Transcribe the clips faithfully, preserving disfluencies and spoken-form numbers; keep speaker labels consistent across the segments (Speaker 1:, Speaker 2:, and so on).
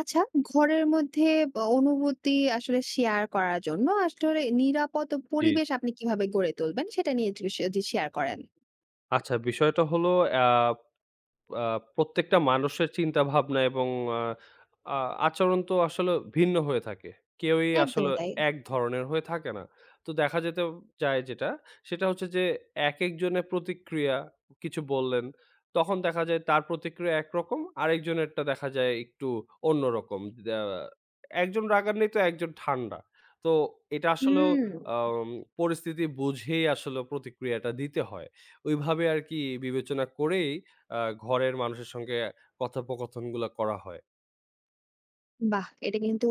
Speaker 1: আচ্ছা, ঘরের মধ্যে ব অনুভূতি আসলে শেয়ার করার জন্য আসলে নিরাপদ
Speaker 2: জি,
Speaker 1: পরিবেশ
Speaker 2: জি।
Speaker 1: আপনি কিভাবে গড়ে তুলবেন? সেটা নিয়ে একটু স যদি শেয়ার করেন।
Speaker 2: আচ্ছা বিষয়টা হলো আ আ প্রত্যেকটা মানুষের চিন্তাভাবনা এবং আ আ আচরণ তো আসলে ভিন্ন হয়ে থাকে। কেউই আসলে
Speaker 1: একদমই তাই।
Speaker 2: এক ধরনের হয়ে থাকে না। তো দেখা যেতে যায় যেটা, সেটা হচ্ছে যে একেকজনের প্রতিক্রিয়া কিছু বললেন, তখন দেখা যায় তার প্রতিক্রিয়া একরকম, আরেকজনেরটা দেখা যায় একটু অন্যরকম। আ একজন রাগান্বিত, একজন ঠান্ডা। তো এটা আসলেও
Speaker 1: হুম।
Speaker 2: আম পরিস্থিতি বুঝেই আসলে প্রতিক্রিয়াটা দিতে হয়। ওইভাবে আরকি বিবেচনা করেই আ ঘরের মানুষের সঙ্গে কথোপকথনগুলা করা হয়।
Speaker 1: বাহ! এটা কিন্তু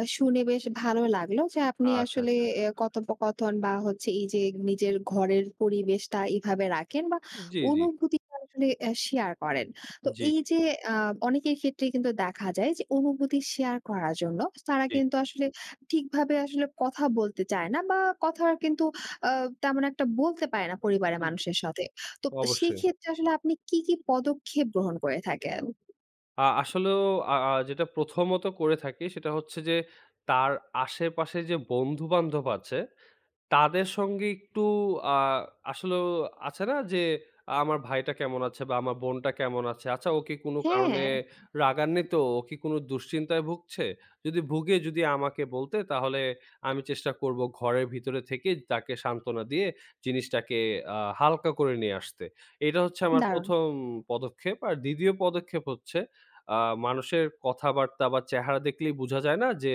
Speaker 1: আ শুনে বেশ ভালো লাগলো যে আপনি
Speaker 2: আচ্ছা,
Speaker 1: আসলে
Speaker 2: আচ্ছা।
Speaker 1: এ কথোপকথন বা হচ্ছে এই যে নিজের ঘরের পরিবেশটা এভাবে রাখেন বা
Speaker 2: জি, জি,
Speaker 1: অনুভূতিটা আসলে অ্যা শেয়ার করেন। তো
Speaker 2: জি,
Speaker 1: এই যে আ অনেকের ক্ষেত্রে কিন্তু দেখা যায় যে অনুভূতি শেয়ার করার জন্য তারা
Speaker 2: জি,
Speaker 1: কিন্তু আসলে ঠিকভাবে আসলে কথা বলতে চায় না বা কথা কিন্তু আ তেমন একটা বলতে পারে না পরিবারের
Speaker 2: জি,
Speaker 1: মানুষের সাথে। তো
Speaker 2: অবশ্যই।
Speaker 1: সেক্ষেত্রে আসলে আপনি কি, কি পদক্ষেপ গ্রহণ করে থাকেন?
Speaker 2: আ আসলেও আ আ যেটা প্রথমত করে থাকি সেটা হচ্ছে যে, তার আশেপাশে যে বন্ধু-বান্ধব আছে তাদের সঙ্গে একটু আ আসলেও আছে না যে, আমার ভাইটা কেমন আছে বা আমার বোনটা কেমন আছে? আচ্ছা ও কি কোনো
Speaker 1: হ্যাঁ,
Speaker 2: কারণে রাগান্বিত? ও কি কোনো দুশ্চিন্তায় ভুগছে? যদি ভুগে যদি আমাকে বলতে তাহলে আমি চেষ্টা করব ঘরের ভিতরে থেকে তাকে সান্ত্বনা দিয়ে জিনিসটাকে আ হালকা করে নিয়ে আসতে। এটা হচ্ছে আমার
Speaker 1: দারুণ।
Speaker 2: প্রথম পদক্ষেপ। আর দ্বিতীয় পদক্ষেপ হচ্ছে আ মানুষের কথাবার্তা বা চেহারা দেখলেই বোঝা যায় না যে,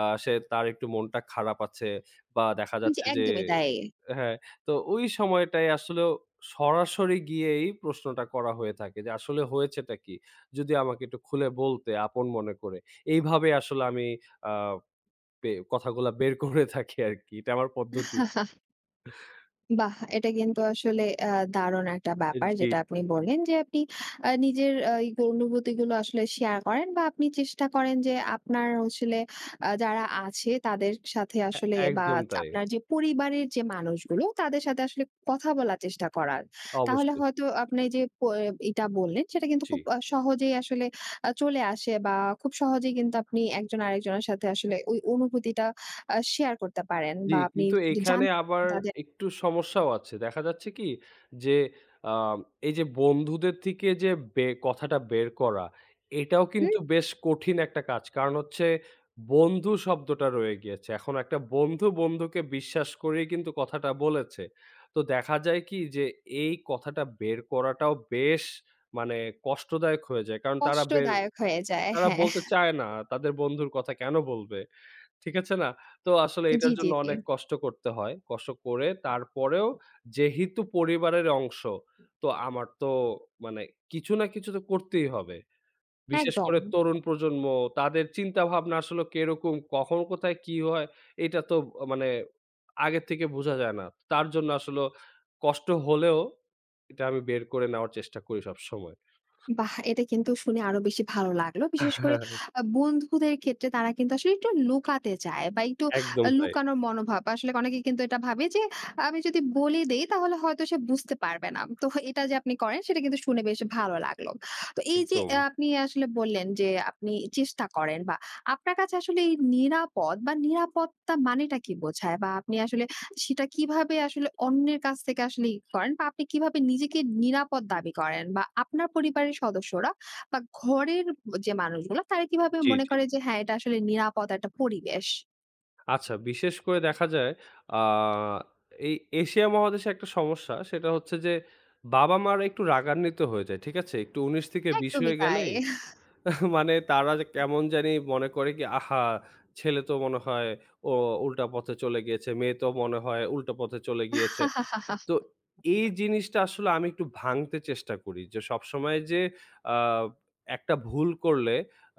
Speaker 2: আ সে তার একটু মনটা খারাপ আছে বা দেখা
Speaker 1: জি,
Speaker 2: যাচ্ছে যে
Speaker 1: একদমই তাই।
Speaker 2: হ্যাঁ, তো ওই সময়টায় আসলেও সরাসরি গিয়েই প্রশ্নটা করা হয়ে থাকে যে, "আসলে হয়েছেটা কি? যদি আমাকে একটু খুলে বলতে আপন মনে করে।" এইভাবে আসলে আমি আ বে কথাগুলা বের করে থাকি আরকি। এটা আমার পদ্ধতি।
Speaker 1: বাহ! এটা কিন্তু আসলে আ দারুণ একটা ব্যাপার
Speaker 2: জি,
Speaker 1: যেটা আপনি
Speaker 2: জি।
Speaker 1: বললেন যে আপনি আ নিজের আ এই অনুভূতিগুলো আসলে শেয়ার করেন বা আপনি চেষ্টা করেন যে আপনার আসলে আ যারা আছে তাদের সাথে
Speaker 2: এ
Speaker 1: আসলে বা
Speaker 2: একদম তাই।
Speaker 1: আপনার যে পরিবারের যে মানুষগুলো তাদের সাথে আসলে কথা বলার চেষ্টা করার। তাহলে
Speaker 2: অবশ্যই।
Speaker 1: হয়তো আপনি যে প এটা বললেন সেটা কিন্তু
Speaker 2: জি।
Speaker 1: খুব আ সহজেই আসলে আ চলে আসে বা খুব সহজেই কিন্তু আপনি একজন আরেকজনের সাথে আসলে ওই অনুভূতিটা আ শেয়ার করতে পারেন
Speaker 2: জি,
Speaker 1: বা আপনি
Speaker 2: কিন্তু
Speaker 1: কিন্তু
Speaker 2: এখানে
Speaker 1: জানতে
Speaker 2: আবার
Speaker 1: পারেন তাদের।
Speaker 2: একটু সমস্যাও আছে। দেখা যাচ্ছে কি যে, আম এই যে বন্ধুদের থেকে যে বে কথাটা বের করা, এটাও
Speaker 1: হুম।
Speaker 2: কিন্তু বেশ কঠিন একটা কাজ। কারণ হচ্ছে বন্ধু শব্দটা রয়ে গিয়েছে। এখন একটা বন্ধু, বন্ধুকে বিশ্বাস করেই কিন্তু কথাটা বলেছে। তো দেখা যায় কি যে, এই কথাটা বের করাটাও বেশ মানে কষ্টদায়ক হয়ে যায়। কারণ তারা বের
Speaker 1: কষ্টদায়ক হয়ে যায়।
Speaker 2: তারা
Speaker 1: হ্যাঁ,
Speaker 2: বলতে চায় না। তাদের বন্ধুর কথা কেন বলবে? ঠিক আছে না? তো আসলে
Speaker 1: জি,
Speaker 2: এটার
Speaker 1: জি,
Speaker 2: জন্য
Speaker 1: জি।
Speaker 2: অনেক কষ্ট করতে হয়। কষ্ট করে তারপরেও যেহেতু পরিবারের অংশ, তো আমার তো মানে কিছু না কিছু তো করতেই হবে। বিশেষ
Speaker 1: একদম।
Speaker 2: করে তরুণ প্রজন্ম, তাদের চিন্তাভাবনা আসলে কিরকম, কখন কোথায় কি হয়, এটা তো আ মানে আগের থেকে বোঝা যায় না। তার জন্য আসলে কষ্ট হলেও এটা আমি বের করে নেওয়ার চেষ্টা করি সবসময়।
Speaker 1: বাহ! এটা কিন্তু শুনে আরো বেশি ভালো লাগলো। বিশেষ করে আ বন্ধুদের ক্ষেত্রে তারা কিন্তু আসলে একটু লুকাতে চায় বা একটু
Speaker 2: একদম
Speaker 1: আ
Speaker 2: তাই,
Speaker 1: লুকানোর মনোভাব। আসলে অনেকে কিন্তু এটা ভাবে যে আমি যদি বলে দেই তাহলে হয়তো সে বুঝতে পারবে না। তো এটা যে আপনি করেন সেটা কিন্তু শুনে বেশ ভালো লাগলো। তো এই যে
Speaker 2: একদম।
Speaker 1: আ আপনি আসলে বললেন যে আপনি চেষ্টা করেন বা আপনার কাছে আসলে এই নিরাপদ বা নিরাপত্তা মানেটা কি বোঝায়? বা আপনি আসলে সেটা কিভাবে আসলে অন্যের কাছ থেকে আসলে ই করেন বা আপনি কিভাবে নিজেকে নিরাপদ দাবি করেন? বা আপনার পরিবারের সদস্যরা বা ঘরের যে মানুষগুলা তারা কিভাবে
Speaker 2: জি,
Speaker 1: মনে
Speaker 2: জি।
Speaker 1: করে যে হ্যাঁ, এটা আসলে নিরাপদ একটা পরিবেশ?
Speaker 2: আচ্ছা, বিশেষ করে দেখা যায় আ এই এশিয়া মহাদেশে একটা সমস্যা সেটা হচ্ছে যে বাবা-মারা একটু রাগান্বিত হয়ে যায়। ঠিক আছে? একটু ঊনিশ থেকে বিশ
Speaker 1: একদমই
Speaker 2: হয়ে
Speaker 1: তাই।
Speaker 2: গেলেই মানে তারা যে কেমন জানি মনে করে কি আহা! ছেলে তো মনে হয় ও উল্টা পথে চলে গিয়েছে। মেয়ে তো মনে হয় উল্টা পথে চলে গিয়েছে। তো এই জিনিসটা আসলে আমি একটু ভাঙতে চেষ্টা করি যে সবসময় যে আ একটা ভুল করলে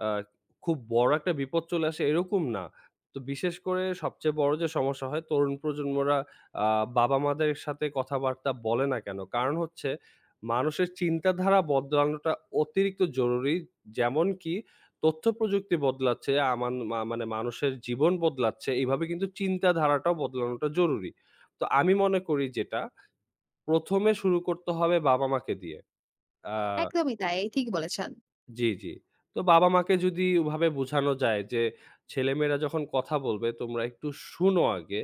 Speaker 2: আ খুব বড় একটা বিপদ চলে আসে এরকম না। তো বিশেষ করে সবচেয়ে বড় যে সমস্যা হয় তরুণ প্রজন্মরা আ বাবা-মাদের সাথে কথাবার্তা বলে না কেন? কারণ হচ্ছে মানুষের চিন্তাধারা বদলানোটা অতিরিক্ত জরুরি। যেমন কি তথ্যপ্রযুক্তি বদলাচ্ছে, আমান মা মানে মানুষের জীবন বদলাচ্ছে, এভাবে কিন্তু চিন্তাধারাটাও বদলানোটা জরুরি। তো আমি মনে করি যেটা প্রথমে শুরু করতে হবে বাবা-মাকে দিয়ে। আ
Speaker 1: একদমই তাই। ঠিক বলেছেন।
Speaker 2: জি, জি। তো বাবা-মাকে যদি ওভাবে বোঝানো যায় যে, "ছেলেমেয়েরা যখন কথা বলবে তোমরা একটু শুনো আগে।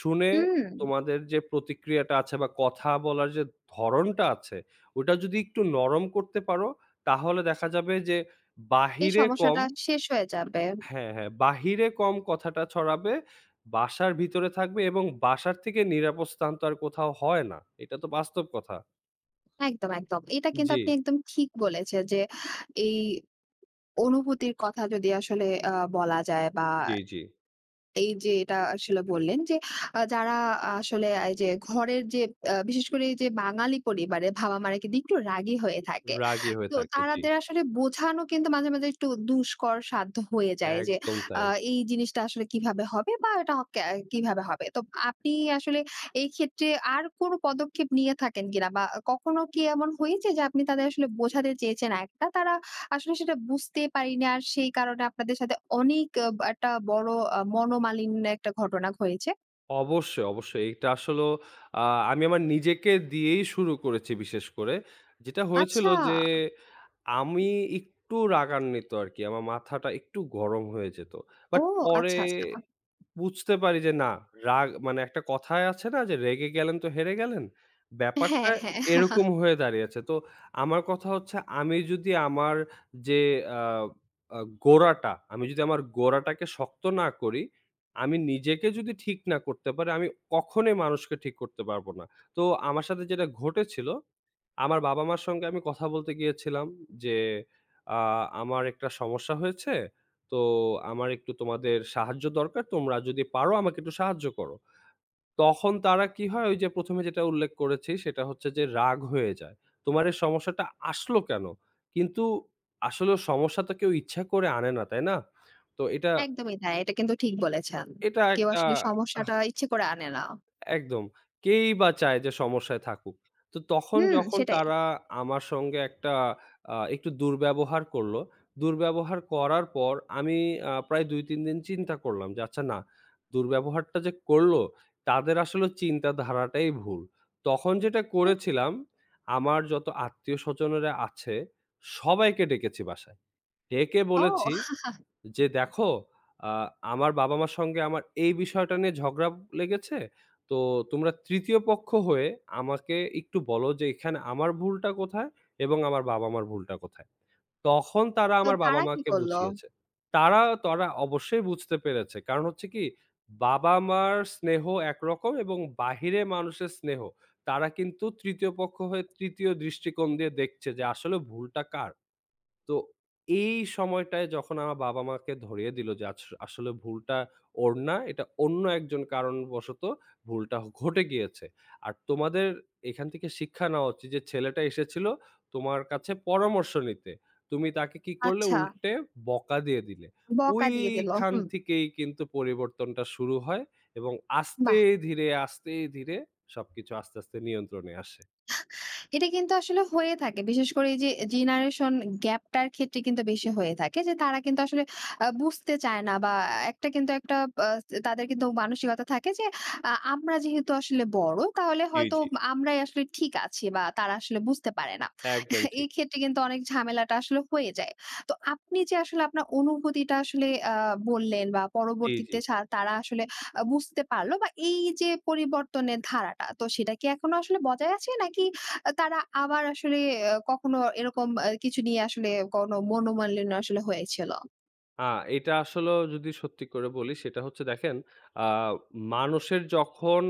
Speaker 2: শুনে
Speaker 1: হুম,
Speaker 2: তোমাদের যে প্রতিক্রিয়াটা আছে বা কথা বলার যে ধরনটা আছে, ওটা যদি একটু নরম করতে পারো তাহলে দেখা যাবে যে
Speaker 1: এই
Speaker 2: বাহিরে কম"
Speaker 1: সমস্যাটা শেষ হয়ে যাবে।
Speaker 2: হ্যাঁ, হ্যাঁ, "বাহিরে কম কথাটা ছড়াবে, বাসার ভিতরে থাকবে এবং বাসার থেকে নিরাপদ স্থান তো আর কোথাও হয় না।" এটা তো বাস্তব কথা।
Speaker 1: একদম, একদম। এটা কিন্তু
Speaker 2: জি,
Speaker 1: আপনি একদম ঠিক বলেছেন যে এই অনুভূতির কথা যদি আসলে আ বলা যায় বা
Speaker 2: জি, জি।
Speaker 1: এই যে এটা আসলে বললেন যে আ যারা আসলে এই যে ঘরের যে আ বিশেষ করে এই যে বাঙালি পরিবারে বাবা-মারা কিন্তু একটু রাগী হয়ে থাকে।
Speaker 2: রাগী হয়ে
Speaker 1: তো
Speaker 2: থাকে। জি,
Speaker 1: তারাদের আসলে বোঝানো কিন্তু মাঝে, মাঝে একটু দুষ্কর সাধ্য হয়ে যায় যে
Speaker 2: একদম
Speaker 1: আ
Speaker 2: তাই।
Speaker 1: এই জিনিসটা আসলে কিভাবে হবে বা এটা কে কিভাবে হবে। তো আপনি আসলে এই ক্ষেত্রে আর কোনো পদক্ষেপ নিয়ে থাকেন কিনা বা কখনো কি এমন হয়েছে যে আপনি তাদের আসলে বোঝাতে চেয়েছেন একটা তারা আসলে সেটা বুঝতে পারিনি? আর সেই কারণে আপনাদের সাথে অনেক আ একটা বড় আ মনোমালিন্য একটা ঘটনা হয়েছে।
Speaker 2: অবশ্যই, অবশ্যই। এটা আসলেও আ আমি আমার নিজেকে দিয়েই শুরু করেছি বিশেষ করে। যেটা হয়েছিল
Speaker 1: আচ্ছা।
Speaker 2: যে, আমি একটু রাগান্বিত আরকি। আমার মাথাটা একটু গরম হয়ে যেত। বাট
Speaker 1: ও,
Speaker 2: পরে
Speaker 1: আচ্ছা, আচ্ছা।
Speaker 2: বুঝতে পারি যে না, রাগ মানে একটা কথায় আছে না যে, "রেগে গেলেন তো হেরে গেলেন?" ব্যাপারটা
Speaker 1: হ্যাঁ, হ্যাঁ।
Speaker 2: এরকম হয়ে দাঁড়িয়েছে। তো আমার কথা হচ্ছে আমি যদি আমার যে আ আ গোড়াটা, আমি যদি আমার গোড়াটাকে শক্ত না করি আমি নিজেকে যদি ঠিক না করতে পারি, আমি কখনোই মানুষকে ঠিক করতে পারবো না। তো আমার সাথে যেটা ঘটেছিল, আমার বাবা-মার সঙ্গে আমি কথা বলতে গিয়েছিলাম যে, আ "আমার একটা সমস্যা হয়েছে। তো আমার একটু তোমাদের সাহায্য দরকার। তোমরা যদি পারো আমাকে একটু সাহায্য করো।" তখন তারা কি হয়? ওই যে প্রথম এ যেটা উল্লেখ করেছি সেটা হচ্ছে যে রাগ হয়ে যায়। "তোমার এই সমস্যাটা আসলো কেন?" কিন্তু আসলে সমস্যা তো কেউ ইচ্ছা করে আনে না, তাই না? তো এটা,
Speaker 1: একদমই তাই। এটা কিন্তু ঠিক বলেছেন।
Speaker 2: এটা
Speaker 1: কেউ
Speaker 2: একটা
Speaker 1: আসলে সমস্যাটা ইচ্ছে করে আনে না।
Speaker 2: একদম। কেই বা চায় যে সমস্যায় থাকুক। তো তখন
Speaker 1: হুম,
Speaker 2: যখন
Speaker 1: সেটাই।
Speaker 2: তারা আমার সঙ্গে একটা আ একটু দুর্ব্যবহার করল। দুর্ব্যবহার করার পর আমি আ প্রায় দুই তিন দিন চিন্তা করলাম যে আচ্ছা না, দুর্ব্যবহারটা যে করল তাদের আসলে চিন্তাধারাটাই ভুল। তখন যেটা
Speaker 1: হুম,
Speaker 2: করেছিলাম আমার যত আত্মীয় স্বজনেরা আছে সবাইকে ডেকেছি বাসায়। ডেকে
Speaker 1: ও,
Speaker 2: বলেছি যে দেখো আ আমার বাবা-মার সঙ্গে আমার এই বিষয়টা নিয়ে ঝগড়া লেগেছে। তো তোমরা তৃতীয় পক্ষ হয়ে আমাকে একটু বলো যে এখানে আমার ভুলটা কোথায় এবং আমার বাবা-মার ভুলটা কোথায়? তখন তারা
Speaker 1: তো
Speaker 2: আমার
Speaker 1: তারা কি
Speaker 2: বাবা-মাকে
Speaker 1: করল?
Speaker 2: বুঝিয়েছে। তারা তারা অবশ্যই বুঝতে পেরেছে। কারণ হচ্ছে কি বাবা-মার স্নেহ একরকম এবং বাহিরে মানুষের স্নেহ। তারা কিন্তু তৃতীয় পক্ষ হয়ে তৃতীয় দৃষ্টিকোণ দিয়ে দেখছে যে আসলে ভুলটা কার? তো এই সময়টায় যখন আমার বাবা-মাকে ধরিয়ে দিল যে আছ আসলে ভুলটা ওর না, এটা অন্য একজন কারণবশত ভুলটা ঘটে গিয়েছে। আর তোমাদের এখান থেকে শিক্ষা নেওয়া উচিত যে ছেলেটা এসেছিল তোমার কাছে পরামর্শ নিতে। তুমি তাকে কি করলে
Speaker 1: আচ্ছা,
Speaker 2: উল্টে বকা দিয়ে দিলে।
Speaker 1: বকা দিয়ে দিল।
Speaker 2: ওইখান
Speaker 1: হুম,
Speaker 2: থেকেই কিন্তু পরিবর্তনটা শুরু হয় এবং আস্তে
Speaker 1: বাহ!
Speaker 2: ধীরে, আস্তে ধীরে সবকিছু আস্তে, আস্তে নিয়ন্ত্রণে আসে।
Speaker 1: এটা কিন্তু আসলে হয়ে থাকে। বিশেষ করে এই যে জেনারেশন গ্যাপটার ক্ষেত্রে কিন্তু বেশি হয়ে থাকে যে তারা কিন্তু আসলে আ বুঝতে চায় না বা একটা কিন্তু একটা আ তাদের কিন্তু মানসিকতা থাকে যে আ আমরা যেহেতু আসলে বড় তাহলে
Speaker 2: জি,
Speaker 1: হয়তো
Speaker 2: জি।
Speaker 1: আমরাই আসলে ঠিক আছি বা তারা আসলে বুঝতে পারে না।
Speaker 2: একদম ঠিক।
Speaker 1: এই ক্ষেত্রে কিন্তু অনেক ঝামেলাটা আসলে হয়ে যায়। তো আপনি যে আসলে আপনার অনুভূতিটা আসলে আ বললেন বা
Speaker 2: জি, জি।
Speaker 1: পরবর্তীতে সা তারা আসলে আ বুঝতে পারলো বা এই যে পরিবর্তনের ধারাটা তো সেটা কি এখনো আসলে বজায় আছে নাকি আ তারা আবার আসলে আ কখনো এরকম আ কিছু নিয়ে আসলে কোনো মনোমালিন্য আসলে হয়েছিল?
Speaker 2: আ এটা আসলেও যদি সত্যি করে বলি সেটা হচ্ছে দেখেন, আ মানুষের যখন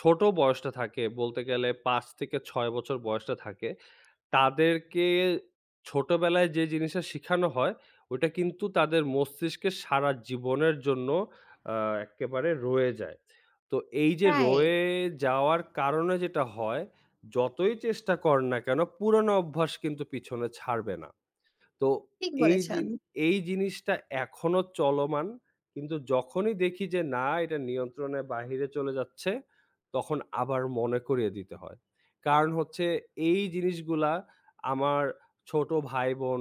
Speaker 2: ছোট বয়সটা থাকে বলতে গেলে পাঁচ থেকে ছয় বছর বয়সটা থাকে, তাদেরকে ছোটবেলায় যে জিনিসটা শিখানো হয় ওটা কিন্তু তাদের মস্তিষ্কে সারা জীবনের জন্য আ একেবারে রয়ে যায়। তো এই যে
Speaker 1: রাইট,
Speaker 2: রয়ে যাওয়ার কারণে যেটা হয় যতই চেষ্টা কর না কেন পুরনো অভ্যাস কিন্তু পিছনে ছাড়বে না। তো
Speaker 1: ঠিক
Speaker 2: এই জি
Speaker 1: বলেছেন।
Speaker 2: এই জিনিসটা এখনো চলমান। কিন্তু যখনই দেখি যে না এটা নিয়ন্ত্রণের বাহিরে চলে যাচ্ছে, তখন আবার মনে করিয়ে দিতে হয়। কারণ হচ্ছে এই জিনিসগুলা আমার ছোট ভাই-বোন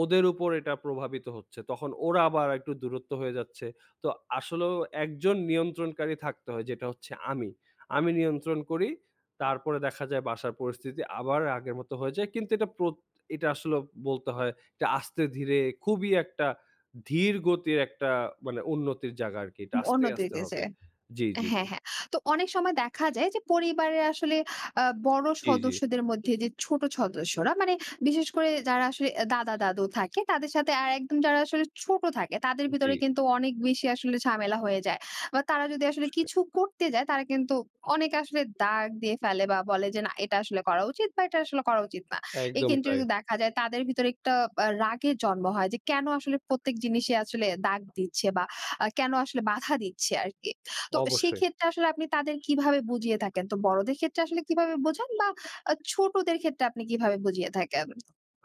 Speaker 2: ওদের উপর এটা প্রভাবিত হচ্ছে। তখন ওরা আবার একটু দূরত্ব হয়ে যাচ্ছে। তো আসলেও একজন নিয়ন্ত্রণকারী থাকতে হয় যেটা হচ্ছে আমি। আমি নিয়ন্ত্রণ করি। তারপরে দেখা যায় বাসার পরিস্থিতি আবার আগের মতো হয়ে যায়। কিন্তু এটা প্রত এটা আসলে বলতে হয় এটা আস্তে ধীরে খুবই একটা ধীর গতির একটা মানে উন্নতির জায়গা আরকি। এটা আস্তে,
Speaker 1: অন্যদের
Speaker 2: আস্তে হবে।
Speaker 1: দেশে।
Speaker 2: জি, জি,
Speaker 1: হ্যাঁ,
Speaker 2: জি।
Speaker 1: হ্যাঁ। তো অনেক সময় দেখা যায় যে পরিবারের আসলে আ বড়
Speaker 2: জি, জি।
Speaker 1: সদস্যদের মধ্যে যে ছোট সদস্যরা মানে বিশেষ করে যারা আসলে দাদা-দাদু থাকে তাদের সাথে আর একদম যারা আসলে ছোট থাকে তাদের
Speaker 2: জি,
Speaker 1: ভিতরে কিন্তু অনেক বেশি আসলে ঝামেলা হয়ে যায়। বা তারা যদি আসলে
Speaker 2: অবশ্যই।
Speaker 1: কিছু করতে যায় তারা কিন্তু অনেক আসলে দাগ দিয়ে ফেলে বা বলে যে না, এটা আসলে করা উচিত বা এটা আসলে করা উচিত না। এক্ষেত্রে
Speaker 2: একদম তাই।
Speaker 1: কিন্তু দেখা যায় তাদের ভিতরে একটা আ রাগের জন্ম হয় যে কেন আসলে প্রত্যেক জিনিসে আসলে দাগ দিচ্ছে বা আ কেন আসলে বাধা দিচ্ছে আরকি। তো
Speaker 2: অবশ্যই।
Speaker 1: সেক্ষেত্রে আসলে আপনি তাদের কিভাবে বুঝিয়ে থাকেন? তো বড়দের ক্ষেত্রে আসলে কিভাবে বোঝান বা আ ছোটদের ক্ষেত্রে আপনি কিভাবে বুঝিয়ে থাকেন?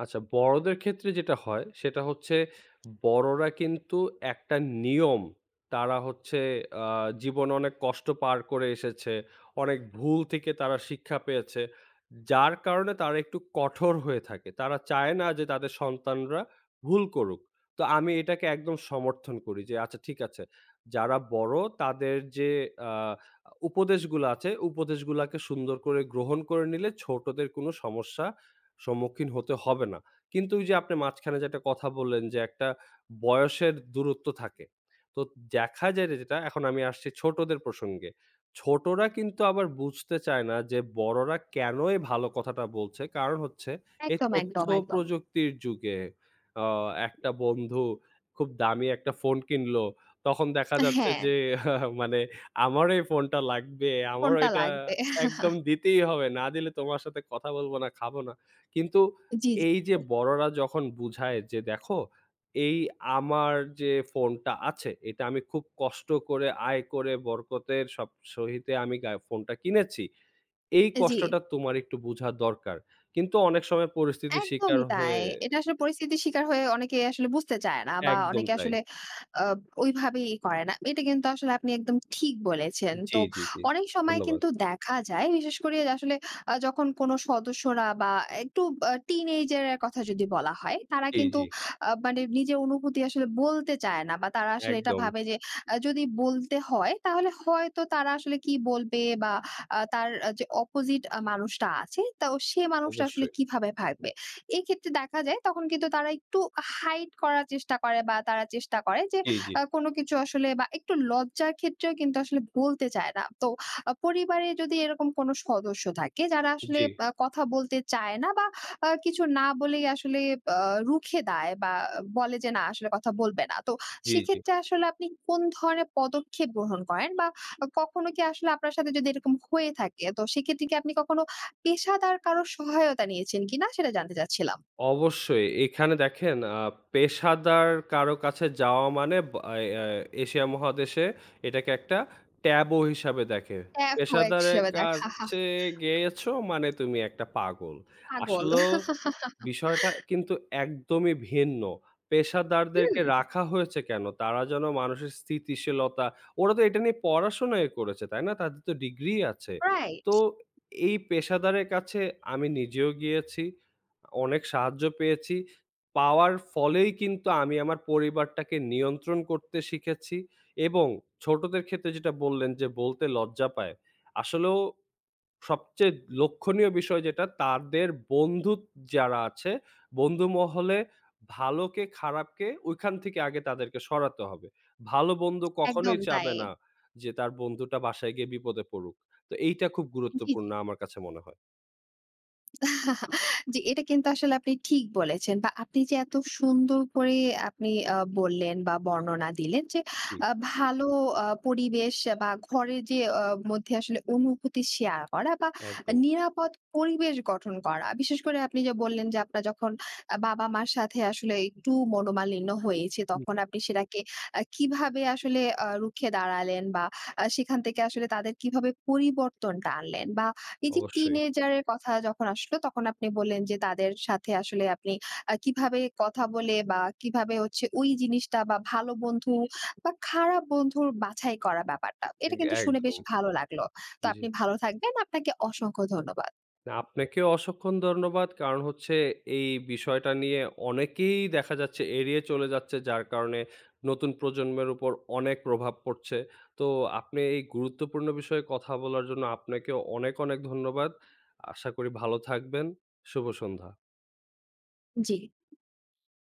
Speaker 2: আচ্ছা, বড়দের ক্ষেত্রে যেটা হয় সেটা হচ্ছে বড়রা কিন্তু একটা নিয়ম তারা হচ্ছে আ জীবনে অনেক কষ্ট পার করে এসেছে। অনেক ভুল থেকে তারা শিক্ষা পেয়েছে। যার কারণে তারা একটু কঠোর হয়ে থাকে। তারা চায় না যে তাদের সন্তানরা ভুল করুক। তো আমি এটাকে একদম সমর্থন করি যে আচ্ছা ঠিক আছে। যারা বড় তাদের যে আ উপদেশগুলা আছে উপদেশগুলাকে সুন্দর করে গ্রহণ করে নিলে ছোটদের কোনো সমস্যা সম্মুখীন হতে হবে না। কিন্তু ওই যে আপনি মাঝখানে যে একটা কথা বললেন যে একটা বয়সের দূরত্ব থাকে। তো দেখা যায় যে যেটা এখন আমি আসছি ছোটদের প্রসঙ্গে। ছোটরা কিন্তু আবার বুঝতে চায় না যে বড়রা কেন এই ভালো কথাটা বলছে। কারণ হচ্ছে এই
Speaker 1: একদম,
Speaker 2: তথ্য
Speaker 1: একদম, একদম।
Speaker 2: প্রযুক্তির যুগে আ একটা বন্ধু খুব দামি একটা ফোন কিনলো। তখন দেখা যাচ্ছে
Speaker 1: হ্যাঁ,
Speaker 2: যে মানে আমার এই ফোনটা লাগবে। আমারও
Speaker 1: কোনটা
Speaker 2: এটা
Speaker 1: লাগবে?
Speaker 2: একদম দিতেই হবে। না দিলে তোমার সাথে কথা বলব না, খাবো না। কিন্তু
Speaker 1: জি, জি,
Speaker 2: এই যে
Speaker 1: জি।
Speaker 2: বড়রা যখন বুঝায় যে, "দেখো, এই আমার যে ফোনটা আছে, এটা আমি খুব কষ্ট করে আয় করে বরকতের সব সহিতে আমি গা ফোনটা কিনেছি। এই
Speaker 1: জি।
Speaker 2: কষ্টটা তোমার একটু বুঝা দরকার।" কিন্তু অনেক সময় পরিস্থিতির শিকার
Speaker 1: একদমই তাই।
Speaker 2: হয়ে
Speaker 1: এটা আসলে পরিস্থিতির শিকার হয়ে অনেকে আসলে বুঝতে চায় না বা
Speaker 2: একদম
Speaker 1: অনেকে
Speaker 2: তাই।
Speaker 1: আসলে আ ওইভাবেই করে না। এটা কিন্তু আসলে আপনি একদম ঠিক বলেছেন।
Speaker 2: জি,
Speaker 1: তো
Speaker 2: জি, জি।
Speaker 1: অনেক সময়
Speaker 2: ধন্যবাদ।
Speaker 1: কিন্তু দেখা যায় বিশেষ করে আসলে আ যখন কোনো সদস্যরা বা একটু আ টিনেজের কথা যদি বলা হয়, তারা
Speaker 2: জি,
Speaker 1: কিন্তু
Speaker 2: জি।
Speaker 1: আ মানে নিজের অনুভূতি আসলে বলতে চায় না বা তারা আসলে এটা
Speaker 2: একদম।
Speaker 1: ভাবে যে আ যদি বলতে হয় তাহলে হয়তো তারা আসলে কি বলবে বা আ তার আহ, যে অপোজিট আ মানুষটা আছে তা সে মানুষটা আসলে
Speaker 2: অবশ্যই।
Speaker 1: কিভাবে ভাববে? এক্ষেত্রে দেখা যায় তখন কিন্তু তারা একটু হাইড করার চেষ্টা করে বা তারা চেষ্টা করে যে
Speaker 2: জি, জি।
Speaker 1: আ কোনো কিছু আসলে বা একটু লজ্জার ক্ষেত্রেও কিন্তু আসলে বলতে চায় না। তো আ পরিবারে যদি এরকম কোনো সদস্য থাকে যারা আসলে
Speaker 2: জি,
Speaker 1: আ কথা বলতে চায় না বা আ কিছু না বলেই আসলে আ রুখে দেয় বা বলে যে না, আসলে কথা বলবে না। তো
Speaker 2: জি, জি।
Speaker 1: সেক্ষেত্রে আসলে আপনি কোন ধরনের পদক্ষেপ গ্রহণ করেন বা কখনো কি আসলে আপনার সাথে যদি এরকম হয়ে থাকে তো সেক্ষেত্রে কি আপনি কখনো পেশাদার কারো সহায়তা নিয়েছেন কিনা, সেটা জানতে চাচ্ছিলাম।
Speaker 2: অবশ্যই। এখানে দেখেন আ পেশাদার কারো কাছে যাওয়া মানে বা এ আ এশিয়া মহাদেশে এটাকে একটা ট্যাবু হিসাবে দেখে।
Speaker 1: এফও
Speaker 2: পেশাদারের
Speaker 1: হিসেবে দেখা।
Speaker 2: কাছে গেয়েছো মানে তুমি একটা পাগল।
Speaker 1: পাগল।
Speaker 2: আসলেও বিষয়টা কিন্তু একদমই ভিন্ন। পেশাদারদেরকে
Speaker 1: হুম,
Speaker 2: রাখা হয়েছে কেন? তারা যেন মানুষের স্থিতিশীলতা ওরা তো এটা নিয়ে পড়াশোনাই করেছে, তাই না? তাদের তো ডিগ্রি আছে।
Speaker 1: রাইট।
Speaker 2: তো এই পেশাদারের কাছে আমি নিজেও গিয়েছি, অনেক সাহায্য পেয়েছি। পাওয়ার ফলেই কিন্তু আমি আমার পরিবারটাকে নিয়ন্ত্রণ করতে শিখেছি এবং ছোটদের ক্ষেত্রে যেটা বললেন যে বলতে লজ্জা পায়। আসলেও সবচেয়ে লক্ষণীয় বিষয় যেটা তাদের বন্ধু যারা আছে, বন্ধু মহলে ভালোকে খারাপকে ঐখান থেকে আগে তাদেরকে সরাতে হবে। ভালো বন্ধু
Speaker 1: একদম
Speaker 2: কখনোই
Speaker 1: তাই।
Speaker 2: চাবে না যে তার বন্ধুটা বাসায় গিয়ে বিপদে পড়ুক। তো এইটা খুব
Speaker 1: জি,
Speaker 2: গুরুত্বপূর্ণ
Speaker 1: জি।
Speaker 2: আমার কাছে মনে হয়।
Speaker 1: জি, এটা কিন্তু আসলে আপনি ঠিক বলেছেন বা আপনি যে এত সুন্দর করে আপনি আ বললেন বা বর্ণনা দিলেন যে
Speaker 2: জি,
Speaker 1: আ ভালো আ পরিবেশ বা ঘরের যে আ মধ্যে আসলে অনুভূতি শেয়ার করা বা
Speaker 2: একদম।
Speaker 1: নিরাপদ পরিবেশ গঠন করা। বিশেষ করে আপনি যে বললেন যে আপনার যখন আ বাবা-মার সাথে আসলে একটু মনোমালিন্য হয়েছে
Speaker 2: হুম।
Speaker 1: তখন আপনি সেটাকে আ কিভাবে আসলে আ রুখে দাঁড়ালেন বা আ সেখান থেকে আসলে তাদের কিভাবে পরিবর্তনটা আনলেন বা এই যে
Speaker 2: অবশ্যই।
Speaker 1: টিনেজার এর কথা যখন আসলো তখন আপনি বললেন যে তাদের সাথে আসলে আপনি আ কিভাবে কথা বলে বা কিভাবে হচ্ছে ওই জিনিসটা বা ভালো বন্ধু বা খারাপ বন্ধুর বাছাই করা ব্যাপারটা।
Speaker 2: এ
Speaker 1: এটা কিন্তু শুনে বেশ
Speaker 2: একদম।
Speaker 1: ভালো লাগলো। তো
Speaker 2: জি।
Speaker 1: আপনি ভালো থাকবেন। আপনাকে অসংখ্য ধন্যবাদ।
Speaker 2: না, আপনাকেও অসংখ্য ধন্যবাদ। কারণ হচ্ছে এই বিষয়টা নিয়ে অনেকেই দেখা যাচ্ছে এড়িয়ে চলে যাচ্ছে, যার কারণে নতুন প্রজন্মের উপর অনেক প্রভাব পড়ছে। তো আপনি এই গুরুত্বপূর্ণ বিষয়ে কথা বলার জন্য আপনাকেও অনেক, অনেক ধন্যবাদ। আশা করি ভালো থাকবেন। শুভ সন্ধ্যা।
Speaker 1: জি।